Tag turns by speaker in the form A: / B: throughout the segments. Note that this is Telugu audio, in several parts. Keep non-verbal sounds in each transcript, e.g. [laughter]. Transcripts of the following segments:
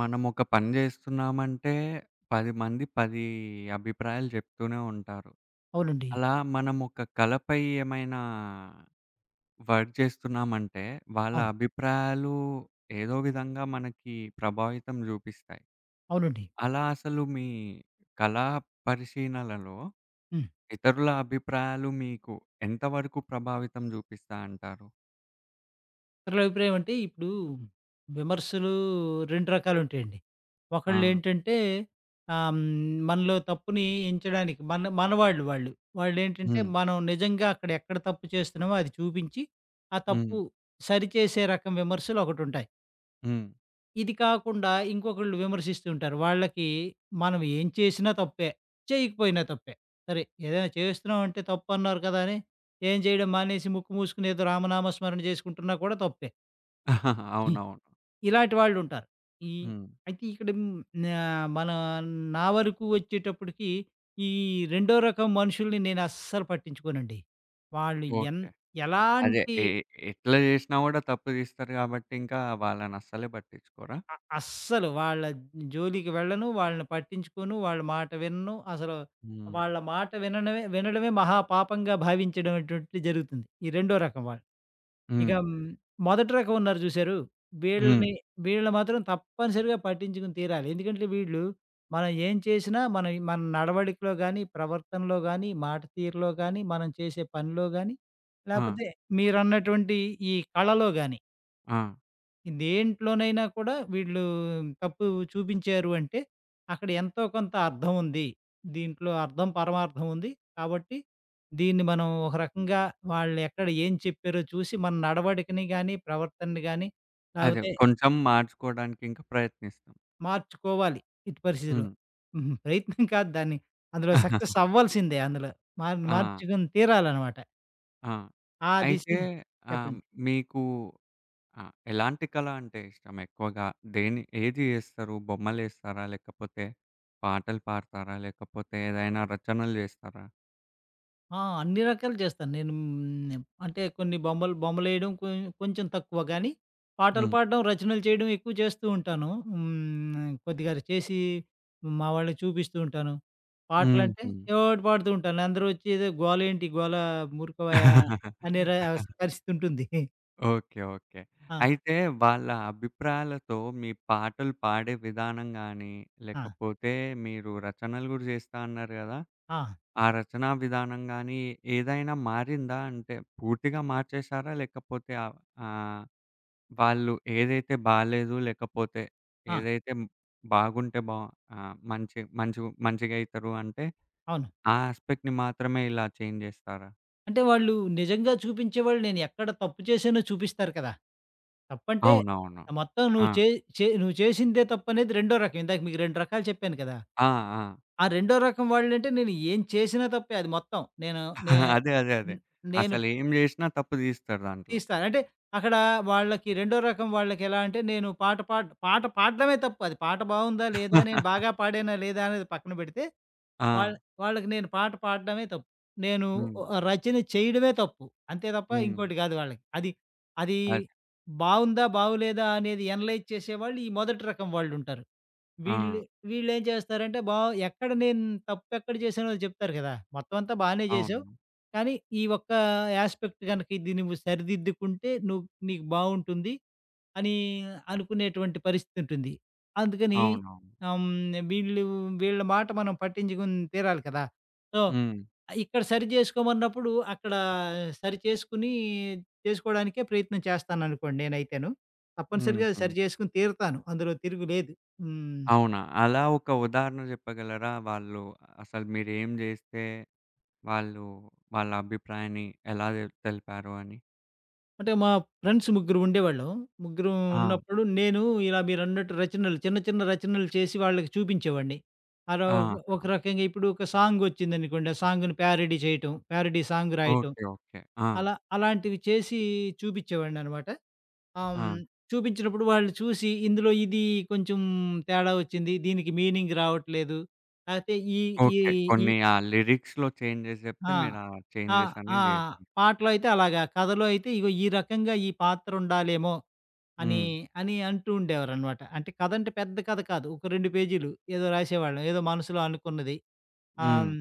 A: మనం ఒక పని జేస్తున్నామంటే 10 మంది 10 అభిప్రాయాలు జెప్తూనే ఉంటారు.
B: అవునండి.
A: అలా మనం ఒక కళపై ఏమైనా వర్క్ జేస్తున్నామంటే వాళ్ళ
B: అవును.
A: అభిప్రాయాలు ఏదో విధంగా మనకి ప్రభావితం జూపిస్తాయి.
B: అవునండి.
A: అలా అసలు మీ కళా పరిశీలనలో
B: హ్మ్.
A: ఇతరుల అభిప్రాయాలు మీకు ఎంత వరకు ప్రభావితం జూపిస్తా అంటారు?
B: ఇతరుల అభిప్రాయం అంటే ఇప్పుడు విమర్శలు 2 రకాలుంటాయండి.
A: ఆ!
B: ఒకళ్ళేంటంటే ఆహ్, హ్మ్, మనలో తప్పుని ఎంచడానికి మనవాళ్ళు వాళ్ళు. వాళ్ళేంటంటే
A: హ్మ్.
B: మనం నిజంగా అక్కడ ఎక్కడ తప్పు చేస్తున్నామో అది చూపించి, ఆ
A: హ్మ్.
B: తప్పు సరిచేసే రకం విమర్శలు ఒకటుంటాయి.
A: హ్మ్.
B: ఇది కాకుండా ఇంకొకళ్ళు విమర్శిస్తూ ఉంటారు. వాళ్ళకి మనం ఏం చేసినా తప్పే, చేయకపోయినా తప్పే. సరే, ఏదైనా చేస్తున్నాం అంటే తప్పన్నారు కదా అని ఏం చేయడం మానేసి ముక్కు మూసుకొని ఏదో రామనామ స్మరణ చేసుకుంటున్నా కూడా తప్పే.
A: [laughs]
B: హ్మ్.
A: అవునవును.
B: ఇలాంటి వాళ్ళుంటారు. ఈ
A: హ్మ్.
B: అయితే ఇక్కడ హ్మ్, ఆహ్, మన నా వరకు వచ్చేటప్పటికి ఈ రెండో రకం మనుషుల్ని నేను అస్సలు పట్టించుకోనండి. వాళ్ళు ఎన్
A: ఓకే. అదే.
B: ఎలాంటి
A: ఎ ఎ ఎట్లా జేసినా గూడా తప్పు తీస్తారు గాబట్టి, ఇంకా వాళ్ళనస్సలే పట్టించుకోరా?
B: అ అస్సలు వాళ్ళ జోలికి వెళ్ళను. వాళ్ళని పట్టించుకోను. వాళ్ళ మాట వినను. అసలు
A: హ్మ్.
B: వాళ్ళ మాట వినడమే వినడమే మహాపాపంగా భావించడం అటువంటిది జరుగుతుంది. ఈ రెండో రకం వాళ్ళు. ఇక
A: హ్మ్.
B: మొదటి రకం ఉన్నారు చూసారు?
A: హ్మ్.
B: వీళ్ళని వీళ్ళని మాత్రం తప్పనిసరిగా పట్టించుకుని తీరాలి. ఎందుకంటే వీళ్ళు మనం ఏం చేసినా మన మన నడవడికలో గానీ, ప్రవర్తనలో గానీ, మాట తీరులో గానీ, మనం చేసే పనిలో గానీ,
A: ఆ!
B: లేపోతే మీరన్నటువంటి ఈ కళలో గానీ
A: ఆ!
B: దేంట్లోనైనా కూడా వీళ్ళు తప్పు చూపించారు అంటే, అక్కడ ఎంతో కొంత అర్థం ఉంది. దీంట్లో అర్థం, పరమార్థం ఉంది. కాబట్టి దీన్ని మనం ఒక రకంగా వాళ్ళెక్కడ ఏం చెప్పారో చూసి మన నడవడికని గాని, ప్రవర్తనని గాని
A: అదే.
B: లేకపోతే
A: కొంచెం మార్చుకోవడానికి ఇంకా ప్రయత్నిస్తాం.
B: మార్చుకోవాలి ఎట్టి పరిస్థితిలో.
A: హ్మ్.
B: హుహు. ప్రయత్నం కాదు దాన్ని, అందులో సక్సెస్
A: [laughs]
B: అవ్వాల్సిందే అందులో. మార్
A: ఆ!
B: మార్చుకుని తీరాలనమాట.
A: ఆ!
B: ఆ దిశ
A: అయితే ఆహ్,
B: చెప్పండి.
A: మీకు ఎలాంటి కళ అంటే ఇష్టం ఎక్కువగా? ఏది జేస్తారు? బొమ్మలేస్తారా? లేకపోతే పాటలు పాడతారా? లేకపోతే ఏదైనా రచనలు జేస్తారా?
B: ఆ! అన్ని రకాలు చేస్తాను. నేను హ్మ్. అంటే కొన్ని బొమ్మలు బొమ్మలేయడం కొంచెం తక్కువ గానీ, పాటలు
A: హ్మ్.
B: పాడడం, రచనలు చేయడం ఎక్కువ చేస్తూ ఉంటాను. హ్మ్. కొద్దిగా చేసి మా వాళ్ళకి చూపిస్తూ ఉంటాను. పాటలంటే
A: హుహు.
B: ఏవో ఒకటి పాడుతూ ఉంటాను. అందరూ వచ్చి "ఏదో గోలేంటి గోల, ఊరుకోవయ్యా" అనే ర
A: [laughs]
B: పరిస్థితి ఉంటుంది.
A: ఓకే. ఓకే.
B: ఆ!
A: అయితే వాళ్ళ అభిప్రాయాలతో మీ పాటలు పాడే విధానం గానీ,
B: ఆ!
A: లేకపోతే మీరు రచనలు గూడా జేస్తా అన్నారు గదా!
B: ఆ!
A: ఆ రచనా విధానం గానీ, ఏదైనా మారిందా? అంటే పూర్తిగా మార్చేశారా? లేకపోతే ఆహ్, వాళ్ళు ఏదైతే బాలేదు, లేకపోతే
B: ఆ!
A: ఏదైతే బాగుంటే బా మంచిగయితరు అంటే,
B: అవును.
A: ఆ యాస్పెక్ట్‌ని మాత్రమే ఇలా చేంజ్ జేస్తారా?
B: అంటే వాళ్ళు నిజంగా చూపించేవాళ్ళు నేను ఎక్కడ తప్పు చేశానో చూపిస్తారు కదా! తప్పంటే,
A: అవునవును.
B: మొత్తం
A: ఆ!
B: నువ్వు చే చే నువ్వు చేసిందే తప్పనేది రెండో రకం. ఇందాక మీకు 2 రకాలు చెప్పాను కదా!
A: ఆ! ఆ!
B: ఆ రెండో రకం వాళ్ళంటే నేను ఏం చేసినా తప్పే అది మొత్తం. నేను నే
A: ఆహా! అదే. అదే. అదే.
B: హ్మ్. నేను
A: అసలేం జేసినా తప్పు తీస్తాడు దాంట్లో.
B: తీస్తాను. అంటే అక్కడ వాళ్ళకి రెండో రకం వాళ్ళకెలా అంటే నేను పాట పాట పాడడమే తప్పు. అది పాట బావుందా లేదా? నేను బాగా పాడానా లేదా? అనేది పక్కన పెడితే
A: ఆ!
B: వాళ్ళ వాళ్ళకి నేను పాట పాడడమే తప్పు. నేను
A: హ్మ్.
B: రచన చేయడమే తప్పు. అంతే తప్ప
A: హ్మ్.
B: ఇంకోటి కాదు వాళ్ళకి. అది అది
A: అది.
B: బావుందా? బాగోలేదా? అనేది ఎనలైజ్ చేసేవాళ్ళు ఈ మొదటి రకం వాళ్ళుంటారు. వీళ్ళు
A: ఆ!
B: వీళ్ళేం చేస్తారంటే ఎక్కడ నేను తప్పెక్కడ చేశానో చెప్తారు కదా! మొత్తం అంతా బానే చేశావు.
A: అవును.
B: కానీ ఈ ఒక్క యాస్పెక్ట్ గనక ఇది నువ్వు సరిదిద్దుకుంటే నువ్వు నీకు బావుంటుంది. అని అనుకునేటువంటి పరిస్థితి ఉంటుంది. అందుకని
A: అవునవును.
B: ఆహ్, హ్మ్, వీళ్ళు వీళ్ళ మాట మనం పట్టించుకుని తీరాలి కదా! సో,
A: హ్మ్.
B: ఇక్కడ సరి చేసుకోమన్నప్పుడు అక్కడ సరి చేసుకోవడానికే ప్రయత్నం చేస్తాననుకోండి నేనైతేను. తప్పనిసరిగా
A: హుహు.
B: సరి చేసుకొని తీరుతాను. అందులో తిరుగులేదు. హ్మ్.
A: అవునా? అలా ఒక ఉదాహరణ జెప్పగలరా? వాళ్ళు అసలు మీరేం జేస్తే వాళ్ళు వాళ్ళ అభిప్రాయాన్ని ఎలా తెలిపారు అని?
B: అంటే మా ఫ్రెండ్స్ ముగ్గురు ఉండేవాళ్ళం. ముగ్గురం
A: ఆ!
B: ఉన్నప్పుడు నేను ఇలా మీరన్నట్టు రచనలు చిన్న, చిన్న రచనలు చేసి వాళ్ళకి చూపించేవాడిని. అలా
A: ఆ!
B: ఒక ఒక రకంగా ఇప్పుడు ఒక సాంగ్ వచ్చిందనుకోండి. ఆ సాంగ్‌ని ప్యారడీ చేయటం, ప్యారడీ సాంగ్ రాయటం
A: ఓకే. ఓకే. ఆ!
B: అలా అలాంటివి చేసి చూపించేవాడిననమాట. ఆహ్, హ్మ్.
A: ఆ!
B: చూపించినప్పుడు వాళ్ళు చూసి ఇందులో ఇది కొంచెం తేడా వచ్చింది. దీనికి మీనింగ్ రావట్లేదు. లేకపోతే ఈ ఈ
A: ఓకే.
B: ఈ
A: కొన్ని ఆ లిరిక్స్‌లో చేంజెస్ జెప్తే
B: ఆ!
A: మీరా
B: ఆ!
A: చేంజెస్
B: ఆ!
A: అనేది జేసారు.
B: పాటలో అయితే అలాగా. కథలో అయితే ఇగో ఈ రకంగా ఈ పాత్ర ఉండాలేమో అని,
A: హ్మ్.
B: అంటూ ఉండేవారనమాట. అంటే కథంటే పెద్ద కథ కాదు. ఒక 2 పేజీలు ఏదో రాసేవాళ్ళం. ఏదో మనసులో అనుకున్నది. ఆహ్,
A: హ్మ్.
B: హ్మ్.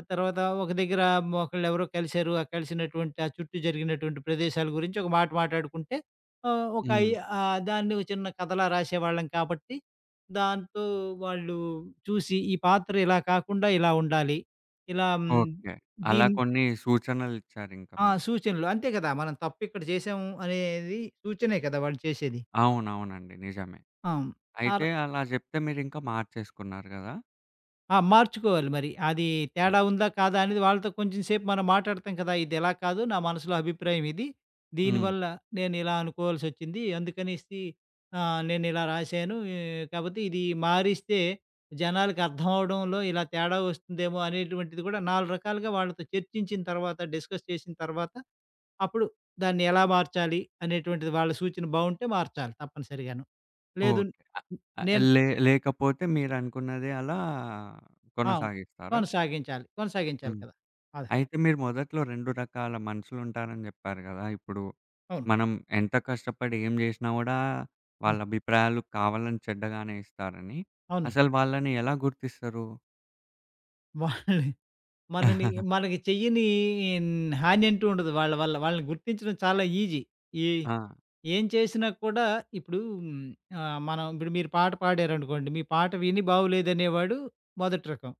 B: ఆ తర్వాత ఒక దగ్గర ఒకళ్ళెవరో కలిసారు. ఆ కలిసినటువంటి ఆ చుట్టూ జరిగినటువంటి ప్రదేశాల గురించి ఒక మాట మాట్లాడుకుంటే ఆహ్, ఒక
A: హ్మ్.
B: అయి ఆహ్, దాన్ని ఒక చిన్న కథలా రాసేవాళ్ళం కాబట్టి, దాంతో వాళ్ళు చూసి ఈ పాత్ర ఇలా కాకుండా ఇలా ఉండాలి. ఇలా హ్మ్,
A: ఓకే. అలా
B: దీన్
A: కొన్ని సూచనలిచ్చారింక
B: ఆ!
A: మీకు.
B: సూచనలు. అంతే కదా! మనం తప్పిక్కడ చేశాము అనేది సూచనే కదా! వాళ్ళు చేసేది.
A: అవునవునండి. నిజమే.
B: ఆ! ఆర
A: అయితే అలా జెప్తే మీరింకా మార్చేసుకున్నారు గదా!
B: ఆ! మార్చుకోవాలి మరి. అది
A: అవును.
B: తేడా ఉందా? కాదా? అనేది వాళ్ళతో కొంచెం సేపు మనం మాట్లాడతాం కదా! ఇది ఇలా కాదు. నా మనసులో అభిప్రాయం ఇది.
A: హ్మ్.
B: దీనివల్ల నేను ఇలా అనుకోవాల్సొచ్చింది. అందుకనేసి నేను ఇలా రాశాను. కాపోతే ఇది మారిస్తే జనాలకి అర్థం అవ్వడంలో ఇలా తేడా వస్తుందేమో అనేటువంటిది కూడా నాలుగు రకాలుగా వాళ్ళతో చర్చించిన తర్వాత, డిస్కస్ చేసిన తర్వాత అప్పుడు దాన్ని ఎలా మార్చాలి అనేటువంటిది వాళ్ళ సూచన బావుంటే మార్చాలి తప్పనిసరిగాను. లేదు,
A: ఓకే. ఆహ్,
B: నేను
A: లే లేకపోతే మీరనుకున్నదే అలా
B: ఆ!
A: కొనసాగిస్తారా?
B: కొనసాగించాలి. కొనసాగించాలి
A: హ్మ్.
B: కదా! అదే.
A: అయితే మీరు మొదట్లో 2 రకాల మనుషులుంటారని జెప్పారు గదా! ఇప్పుడు
B: అవును.
A: మనం ఎంత కష్టపడి ఏం జేషినా గూడా వాళ్ళ
B: హ్మ్.
A: అభిప్రాయాలు కావాలని చెడ్డగానే ఇస్తారని.
B: అవునండి.
A: అసలు వాళ్ళని ఎలా గుర్తిస్తారు?
B: వాళ్ళు మనని
A: [laughs]
B: మనకి చెయ్యని హాని అంటూ ఉండదు. వాళ్ళ వల్ల వాళ్ళని గుర్తించడం చాలా ఈజీ. ఈ
A: ఆ!
B: ఏం చేసినా కూడా ఇప్పుడు మనం ఇప్పుడు మీరు పాట పాడారనుకోండి. మీ పాట విని బాగోలేదనేవాడు మొదటి రకం.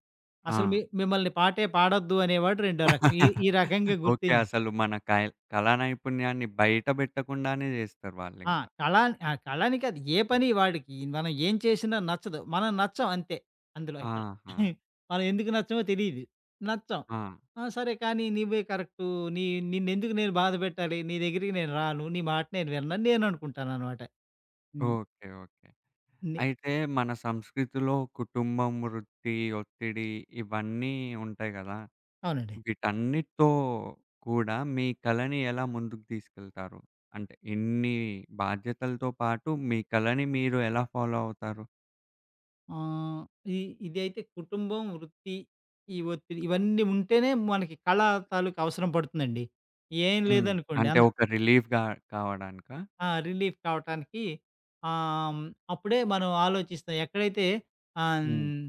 B: అసలు
A: ఆ!
B: మిమ్మల్ని పాటే పాడొద్దు అనేవాడు రెండో రకం. ఈ ఈ రకంగా
A: ఓకే.
B: గుర్తించి
A: అసలు మన కయ్ కళా నైపుణ్యాన్ని బయట బెట్టకుండానే జేస్తారు
B: ఆ!
A: వాళ్ళింకా.
B: కళా ఆ! కళని కాదు. ఏ పని వాడికి మనం ఏం చేసినా నచ్చదు. మనం నచ్చం అంతే అందులో ఇక్కడ.
A: ఆహా!
B: మనం ఎందుకు నచ్చమో తెలీదు. నచ్చం.
A: ఆ!
B: ఆ! సరే కానీ నువ్వే కరెక్టు. నీ నిన్నెందుకు నేను బాధ పెట్టాలి? నీ దగ్గరికి నేను రాను. నీ మాట నేను విననని నేననుకుంటాననమాట. హ్మ్.
A: ఓకే. ఓకే.
B: నే
A: అయితే మన సంస్కృతిలో కుటుంబం, వృత్తి, ఒత్తిడి ఇవన్నీ ఉంటాయి గదా!
B: అవునండి.
A: వీటన్నిటితో కూడా మీ కళని ఎలా ముందుకు తీసుకెళ్తారు? అంటే ఇన్ని బాధ్యతలతో పాటు మీ కళని మీరు ఎలా ఫాలో అవుతారు?
B: ఆహ్, ఇ ఇదైతే కుటుంబం, వృత్తి, ఈ ఒత్తిడి ఇవన్నీ ఉంటేనే మనకి కళ తాలూకు అవసరం పడుతుందండి. ఏం
A: హ్మ్.
B: లేదనుకోండి
A: అంటే ఒక రిలీఫ్‌గా కావడానికా?
B: ఆ! రిలీఫ్ కావటానికి ఆహ్, హ్మ్, అప్పుడే మనం ఆలోచిస్తాం. ఎక్కడైతే ఆహ్,
A: హ్మ్.
B: హ్మ్,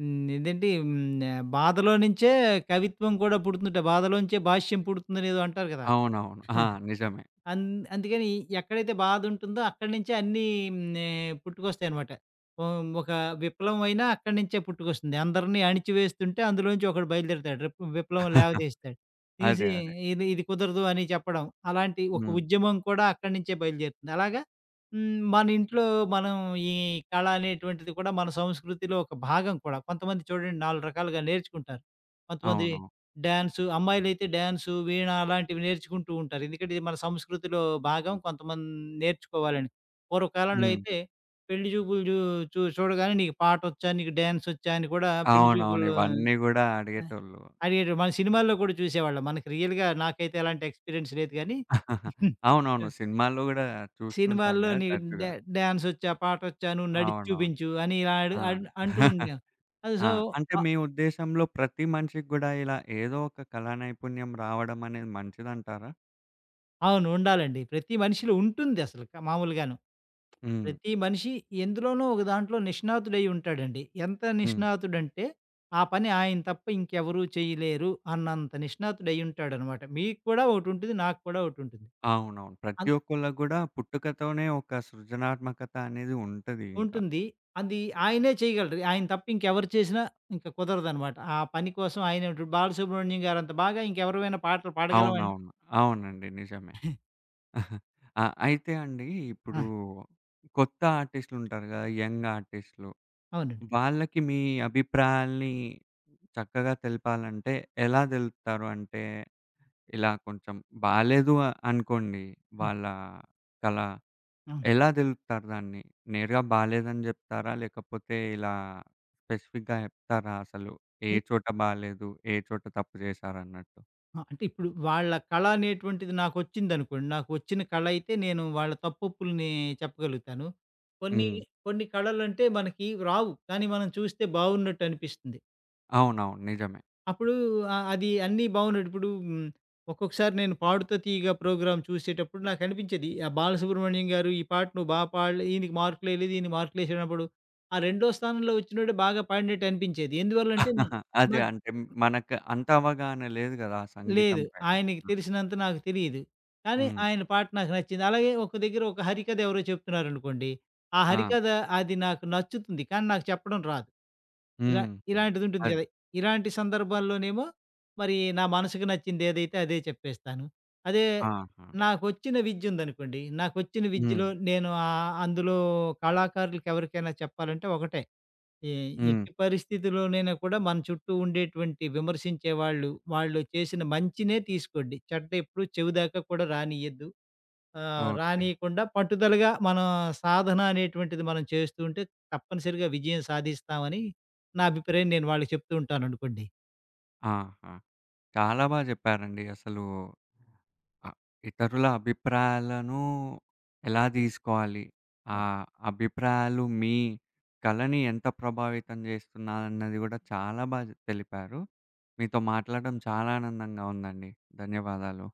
B: హ్మ్, ఇదేంటి హ్మ్, బాధలో నుంచే కవిత్వం కూడా పుడుతుందట. బాధలోంచే భాష్యం పుడుతుందనేదో అంటారు కదా!
A: అవునవును. ఆ! నిజమే.
B: అన్ అందుకని ఎక్కడైతే బాధుంటుందో అక్కడి నుంచే అన్నీ పుట్టుకొస్తాయనమాట. ఓహ్! ఒక విప్లవం అయినా అక్కడి నుంచే పుట్టుకొస్తుంది. అందరిని అణిచివేస్తుంటే అందులోంచి ఒకడు బయలుదేరుతాడు. విప్లవం లేవదీస్తాడు.
A: అదే.
B: తీసి
A: అదే.
B: ఇది ఇది కుదరదు అని చెప్పడం. అలాంటి ఒక
A: హ్మ్.
B: ఉద్యమం కూడా అక్కడి నుంచే బయలుదేరుతుంది. అలాగా మన ఇంట్లో మనం ఈ కళ అనేటువంటిది కూడా మన సంస్కృతిలో ఒక భాగం కూడా. కొంతమంది చూడండి 4 రకాలుగా నేర్చుకుంటారు. కొంతమంది
A: అవును.
B: డాన్సు, అమ్మాయిలైతే డాన్సు, వీణ అలాంటివి నేర్చుకుంటూ ఉంటారు. ఎందుకంటే ఇది మన సంస్కృతిలో భాగం కొంతమంది నేర్చుకోవాలని. పూర్వకాలంలో అవును.
A: హ్మ్.
B: అయితే పెళ్లి చూపులు జూ చూ చూడగానే నీకు పాటొచ్చా, నీకు డాన్సొచ్చా అని కూడా పెళ్లి
A: అవునవును.
B: చూపుల్లో
A: ఇవన్నీ గూడా
B: ఆహ్,
A: అడిగేటోళ్ళు.
B: అడిగేటోళ్ళు. మన సినిమాల్లో కూడా చూసేవాళ్ళం. మనకి రియల్‌గా నాకైతే ఎలాంటి ఎక్స్‌పీరియన్స్ లేదు గానీ ఆ! [laughs]
A: అవునవును. సినిమాల్లో గూడా చూస్తుంటాం
B: సినిమాల్లో
A: గదా!
B: నీకు
A: తరచుగా.
B: డాన్సొచ్చా, పాటొచ్చా, నువ్వు నడిచి
A: అవునవును.
B: చూపించు అని ఇలా అడు
A: ఆ!
B: అన్ అంటూ ఉండేం. అది
A: ఆ!
B: సో,
A: అంటే
B: అ
A: మీ ఉద్దేశంలో ప్రతి మనిషికి గూడా ఇలా ఏదో ఒక కళా నైపుణ్యం రావడం అనేది మంచిదంటారా?
B: అవును. ఉండాలండి. ప్రతి మనిషిలో ఉంటుందసలు మామూలుగాను.
A: హ్మ్.
B: ప్రతి మనిషి ఎందులోనో ఒక దాంట్లో నిష్ణాతుడై ఉంటాడండి. ఎంత
A: హ్మ్.
B: నిష్ణాతుడంటే, ఆ పని ఆయన తప్ప ఇంకెవరు చేయలేరు అన్నంత నిష్ణాతుడై ఉంటాడనమాట. మీకు కూడా ఒకటుంటుంది. నాకు కూడా ఒకటుంటుంది.
A: అవునవును. ప్రతి
B: అన్
A: ఒక్కళ్ళకి గూడా పుట్టుకతోనే ఒక సృజనాత్మకత అనేది ఉంటది ఇంకా.
B: ఉంటుంది. అది ఆయనే చేయగలరు. ఆయన తప్ప ఇంకెవరు చేసినా ఇంక కుదరదనమాట. ఆ పని కోసం ఆయనే ఇప్పుడు 'బాలసుబ్రహ్మణ్యం' గారంత బాగా ఇంకెవరమైనా పాటలు పాడగలమం
A: అవునవును. అవునండి. నిజమే.
B: [laughs]
A: ఆహా. ఆ! అయితే అండి
B: ఆ!
A: ఇప్పుడు కొత్త ఆర్టిస్ట్‌లుంటారు గదా! యంగ్ ఆర్టిస్ట్‌లు.
B: అవునండి.
A: వాళ్ళకి మీ అభిప్రాయాల్ని చక్కగా తెలపాలంటే ఎలా తెలుపుతారు? అంటే ఇలా కొంచెం బాలేదు అ అనుకోండి
B: హ్మ్.
A: వాళ్ళ కళ.
B: అవును.
A: ఎలా తెలుపుతారు దాన్ని? నేరుగా బాలేదని జెప్తారా? లేకపోతే ఇలా స్పెసిఫిక్‌గా జెప్తారా అసలు? ఏ చోట బాలేదు? ఏ చోట తప్పు జేశారన్నట్టు?
B: ఆ! అంటే ఇప్పుడు వాళ్ళ కళ అనేటువంటిది నాకొచ్చిందనుకోండి. నాకొచ్చిన కళ అయితే నేను వాళ్ళ తప్పొప్పుల్ని చెప్పగలుగుతాను. కొన్ని
A: హ్మ్.
B: కొన్ని కళలంటే మనకి రావు. కానీ మనం చూస్తే బావున్నట్టనిపిస్తుంది.
A: అవునవును. నిజమే.
B: అప్పుడు అది అన్నీ బావున్నట్టు ఇప్పుడు ఒక్కొక్కసారి నేను 'పాడుతా తీయగా' ప్రోగ్రామ్ చూసేటప్పుడు నాకనిపించేది. ఆ బాలసుబ్రహ్మణ్యం గారు ఈ పాట నువ్వు పాడలే ఈయనకి మార్కులేయలేదు. ఈయన మార్కులేసినప్పుడు ఆ రెండో స్థానంలో వచ్చినోడే బాగా పాడినట్టు అనిపించేది. ఎందువల్లంటే
A: ఆహా! అదే
B: నాకు
A: అంటే మనకు అంత అవగాహన లేదు గదా! ఆ సంగీతం
B: లేదు.
A: పైన.
B: ఆయనకి తెలిసినంత నాకు తెలీదు. కానీ
A: హ్మ్.
B: ఆయన పాట నాకు నచ్చింది. అలాగే ఒక దగ్గర ఒక హరికథ ఎవరో చెప్తున్నారనుకోండి. ఆ
A: ఆ!
B: హరికథ అది నాకు నచ్చుతుంది. కానీ నాకు చెప్పడం రాదు. ఇలా
A: హ్మ్. హ్మ్.
B: ఇలాంటిదుంటుంది
A: అదే.
B: గదా! ఇలాంటి సందర్భాల్లోనేమో మరి నా మనసుకు నచ్చింది ఏదైతే అదే చెప్పేస్తాను. అదే
A: ఆహా!
B: నాకొచ్చిన విద్యుందనుకోండి. నాకొచ్చిన
A: హ్మ్.
B: విద్యలో నేను అందులో కళాకారులకెవరికైనా చెప్పాలంటే ఒకటే. ఎ
A: హ్మ్.
B: ఎట్టి పరిస్థితిలోనైనా కూడా మన చుట్టూ ఉండేటువంటి విమర్శించే వాళ్ళు, వాళ్ళు చేసిన మంచినే తీసుకోండి. చెడ్డ ఎప్పుడు చెవి దాకా కూడా రానీయద్దు.
A: ఓకే.
B: రానీయకుండా పట్టుదలగా మన సాధన అనేటువంటిది మనం చేస్తూ ఉంటే తప్పనిసరిగా విజయం సాధిస్తామని నా అభిప్రాయం. నేను వాళ్ళకి చెప్తూ ఉంటాననుకోండి.
A: ఆహా! చాలా బా జెప్పారండి. అసలు అ ఇతరుల అభిప్రాయాలను ఎలా దీసుకోవాలి? ఆ అభిప్రాయాలు మీ కళని ఎంత ప్రభావితం జేస్తున్నాయన్నది గూడా చాలా బా తెలిపారు. మీతో మాట్లాడడం చాలా ఆనందంగా ఉందండి. ధన్యవాదాలు.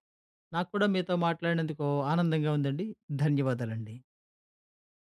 B: నాకు కూడా మీతో మాట్లాడినందుకు ఆనందంగా ఉందండి. ధన్యవాదాలండి.